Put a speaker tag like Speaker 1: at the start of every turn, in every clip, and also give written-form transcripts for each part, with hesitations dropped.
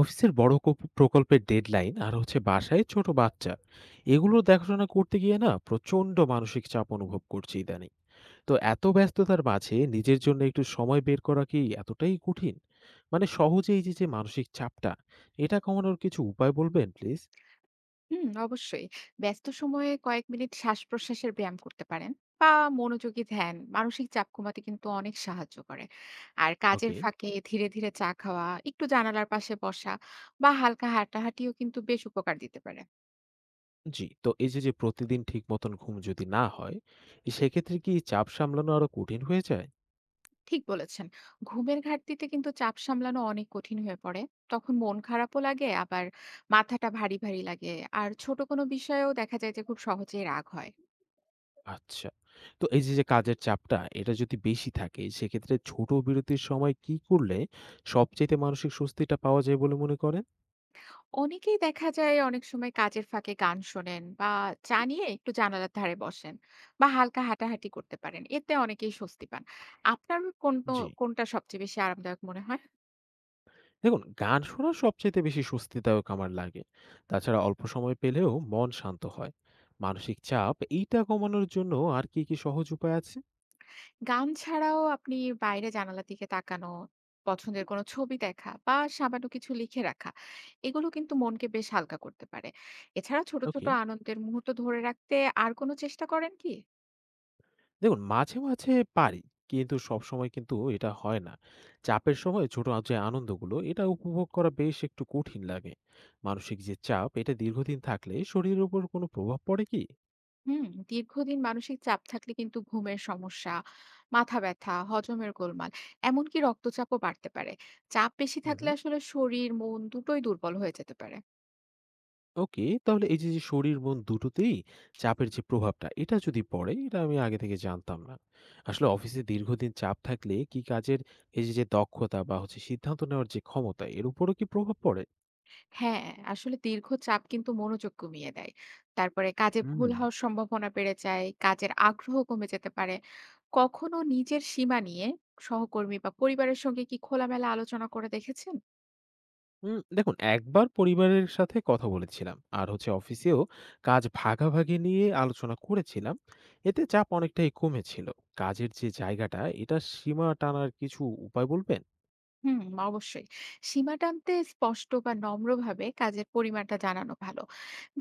Speaker 1: অফিসের প্রকল্পের ডেডলাইন আর হচ্ছে বাসায় ছোট বাচ্চা, এগুলো দেখাশোনা করতে গিয়ে না প্রচন্ড মানসিক চাপ অনুভব করছি ইদানিং। তো এত ব্যস্ততার মাঝে নিজের জন্য একটু সময় বের করা কি এতটাই কঠিন? মানে সহজে এই যে যে মানসিক চাপটা, এটা কমানোর কিছু উপায় বলবেন প্লিজ।
Speaker 2: হুম, অবশ্যই। ব্যস্ত সময়ে কয়েক মিনিট শ্বাসপ্রশ্বাসের ব্যায়াম করতে পারেন বা মনোযোগী ধ্যান মানসিক চাপ কমাতে কিন্তু অনেক সাহায্য করে। আর কাজের
Speaker 1: ওকে।
Speaker 2: ফাঁকে ধীরে, ধীরে চা খাওয়া, একটু জানালার পাশে বসা বা হালকা হাঁটাহাঁটিও কিন্তু বেশ উপকার দিতে পারে।
Speaker 1: জি, তো এই যে যে প্রতিদিন ঠিক মতন ঘুম যদি না হয়, সেক্ষেত্রে কি চাপ সামলানো আরো কঠিন হয়ে যায়?
Speaker 2: ঠিক বলেছেন। ঘুমের ঘাটতিতে কিন্তু চাপ সামলানো অনেক কঠিন হয়ে পড়ে। তখন মন খারাপও লাগে, আবার মাথাটা ভারী, ভারী লাগে। আর ছোট কোনো বিষয়েও দেখা যায় যে খুব সহজেই রাগ হয়।
Speaker 1: আচ্ছা। তো এই যে, যে কাজের চাপটা এটা যদি বেশি থাকে, সেক্ষেত্রে ছোট বিরতির সময় কি করলে সবচাইতে মানসিক স্বস্তিটা পাওয়া যায় বলে মনে করেন?
Speaker 2: অনেকেই দেখা যায় অনেক সময় কাজের ফাঁকে গান শোনেন, বা চা নিয়ে একটু জানালার ধারে বসেন, বা হালকা হাঁটাহাঁটি করতে পারেন, এতে অনেকেই স্বস্তি পান। আপনার কোন
Speaker 1: জি।
Speaker 2: কোনটা সবচেয়ে বেশি আরামদায়ক মনে হয়?
Speaker 1: দেখুন, গান শোনা সবচাইতে বেশি স্বস্তিদায়ক আমার লাগে। তাছাড়া অল্প সময় পেলেও মন শান্ত হয়। মানসিক চাপ এইটা কমানোর জন্য আর কি, কি সহজ উপায় আছে?
Speaker 2: গান ছাড়াও আপনি বাইরে জানালার দিকে তাকানো, পছন্দের কোনো ছবি দেখা, বা সামান্য কিছু লিখে রাখা, এগুলো কিন্তু মনকে বেশ হালকা করতে পারে। এছাড়া ছোট ছোট
Speaker 1: ওকে।
Speaker 2: আনন্দের মুহূর্ত ধরে রাখতে আর কোনো চেষ্টা করেন কি?
Speaker 1: দেখুন, মাঝে, মাঝে পারি। কিন্তু সবসময় কিন্তু এটা হয় না। চাপের সময় ছোট যে আনন্দগুলো এটা উপভোগ করা বেশ একটু কঠিন লাগে। মানসিক যে চাপ এটা দীর্ঘদিন থাকলে শরীরের উপর কোনো প্রভাব পড়ে কি?
Speaker 2: হুম, দীর্ঘদিন মানসিক চাপ থাকলে কিন্তু ঘুমের সমস্যা, মাথা ব্যথা, হজমের গোলমাল, এমনকি রক্তচাপও বাড়তে পারে। চাপ বেশি
Speaker 1: হুম,
Speaker 2: থাকলে
Speaker 1: হুম।
Speaker 2: আসলে শরীর মন দুটোই দুর্বল হয়ে যেতে পারে।
Speaker 1: ওকে, তাহলে এই যে, যে শরীর মন দুটোতেই চাপের যে প্রভাবটা এটা যদি পড়ে, এটা আমি আগে থেকে জানতাম না। আসলে অফিসে দীর্ঘদিন চাপ থাকলে কি কাজের এই যে, যে দক্ষতা বা হচ্ছে সিদ্ধান্ত নেওয়ার যে ক্ষমতা এর উপরও কি প্রভাব পড়ে?
Speaker 2: হ্যাঁ, আসলে দীর্ঘ চাপ কিন্তু মনোযোগ কমিয়ে দেয়। তারপরে কাজে
Speaker 1: হুম।
Speaker 2: ভুল হওয়ার সম্ভাবনা বেড়ে যায়, কাজের আগ্রহ কমে যেতে পারে। কখনো নিজের সীমা নিয়ে সহকর্মী বা পরিবারের সঙ্গে কি খোলামেলা আলোচনা করে দেখেছেন?
Speaker 1: হুম, দেখুন, একবার পরিবারের সাথে কথা বলেছিলাম আর হচ্ছে অফিসেও কাজ ভাগাভাগি নিয়ে আলোচনা করেছিলাম, এতে চাপ অনেকটাই কমেছিল। কাজের যে জায়গাটা এটা সীমা টানার কিছু উপায় বলবেন।
Speaker 2: হুম, অবশ্যই। সীমা টানতে স্পষ্ট বা নম্রভাবে কাজের পরিমাণটা জানানো ভালো।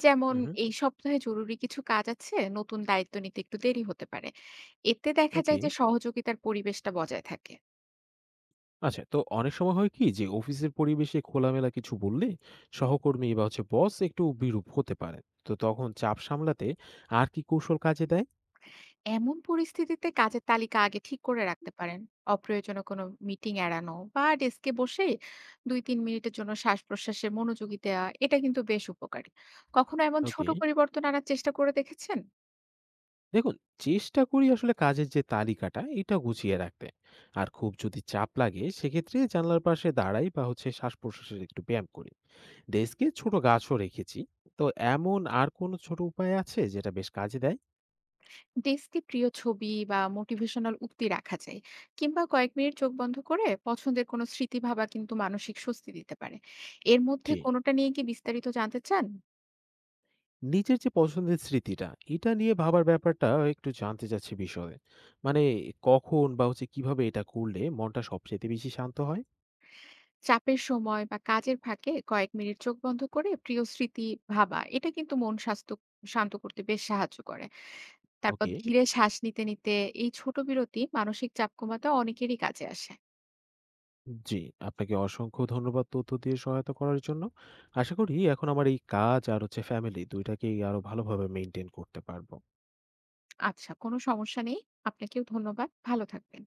Speaker 2: যেমন,
Speaker 1: হুম।
Speaker 2: এই সপ্তাহে জরুরি কিছু কাজ আছে, নতুন দায়িত্ব নিতে একটু দেরি হতে পারে। এতে দেখা
Speaker 1: ওকে।
Speaker 2: যায় যে সহযোগিতার পরিবেশটা বজায় থাকে।
Speaker 1: আচ্ছা, তো অনেক সময় হয় কি যে অফিসের পরিবেশে খোলামেলা কিছু বললে সহকর্মী বা হচ্ছে বস একটু বিরূপ হতে পারেন, তো তখন চাপ সামলাতে আর কি কৌশল কাজে দেয়?
Speaker 2: এমন পরিস্থিতিতে কাজের তালিকা আগে ঠিক করে রাখতে পারেন। অপ্রয়োজনীয় কোনো মিটিং এড়ানো বা ডেস্কে বসে 2-3 মিনিটের জন্য শ্বাস প্রশ্বাসে মনোযোগী দেওয়া, এটা কিন্তু বেশ উপকারী। কখনো এমন ছোট
Speaker 1: ওকে।
Speaker 2: পরিবর্তন আনার চেষ্টা করে দেখেছেন?
Speaker 1: দেখুন, চেষ্টা করি আসলে কাজের যে তালিকাটা এটা গুছিয়ে রাখতে। আর খুব যদি চাপ লাগে সেক্ষেত্রে জানলার পাশে দাঁড়াই বা হচ্ছে শ্বাস প্রশ্বাসের একটু ব্যায়াম করি। ডেস্কে ছোট গাছও রেখেছি। তো এমন আর কোনো ছোট উপায় আছে যেটা বেশ কাজে দেয়?
Speaker 2: ডেস্কে প্রিয় ছবি বা মোটিভেশনাল উক্তি রাখা যায়, কিংবা কয়েক মিনিট চোখ বন্ধ করে পছন্দের কোনো স্মৃতি ভাবা কিন্তু মানসিক স্বস্তি দিতে পারে। এর মধ্যে
Speaker 1: জি।
Speaker 2: কোনোটা নিয়ে কি বিস্তারিত জানতে চান?
Speaker 1: নিজের যে পছন্দের স্মৃতিটা, এটা নিয়ে ভাবার ব্যাপারটা একটু জানতে চাচ্ছি বিষয়ে। মানে কখন বা হচ্ছে কিভাবে এটা করলে মনটা সবচেয়ে বেশি শান্ত হয়?
Speaker 2: চাপের সময় বা কাজের ফাঁকে কয়েক মিনিট চোখ বন্ধ করে প্রিয় স্মৃতি ভাবা, এটা কিন্তু মন স্বাস্থ্য শান্ত করতে বেশ সাহায্য করে। তারপর
Speaker 1: ওকে।
Speaker 2: ধীরে শ্বাস নিতে নিতে এই ছোট বিরতি মানসিক চাপ কমাতে অনেকেরই কাজে আসে।
Speaker 1: জি, আপনাকে অসংখ্য ধন্যবাদ তথ্য দিয়ে সহায়তা করার জন্য। আশা করি এখন আমার এই কাজ আর হচ্ছে ফ্যামিলি ২ টাকেই আরো ভালোভাবে মেইনটেইন করতে পারব।
Speaker 2: আচ্ছা, কোনো সমস্যা নেই। আপনাকেও ধন্যবাদ, ভালো থাকবেন।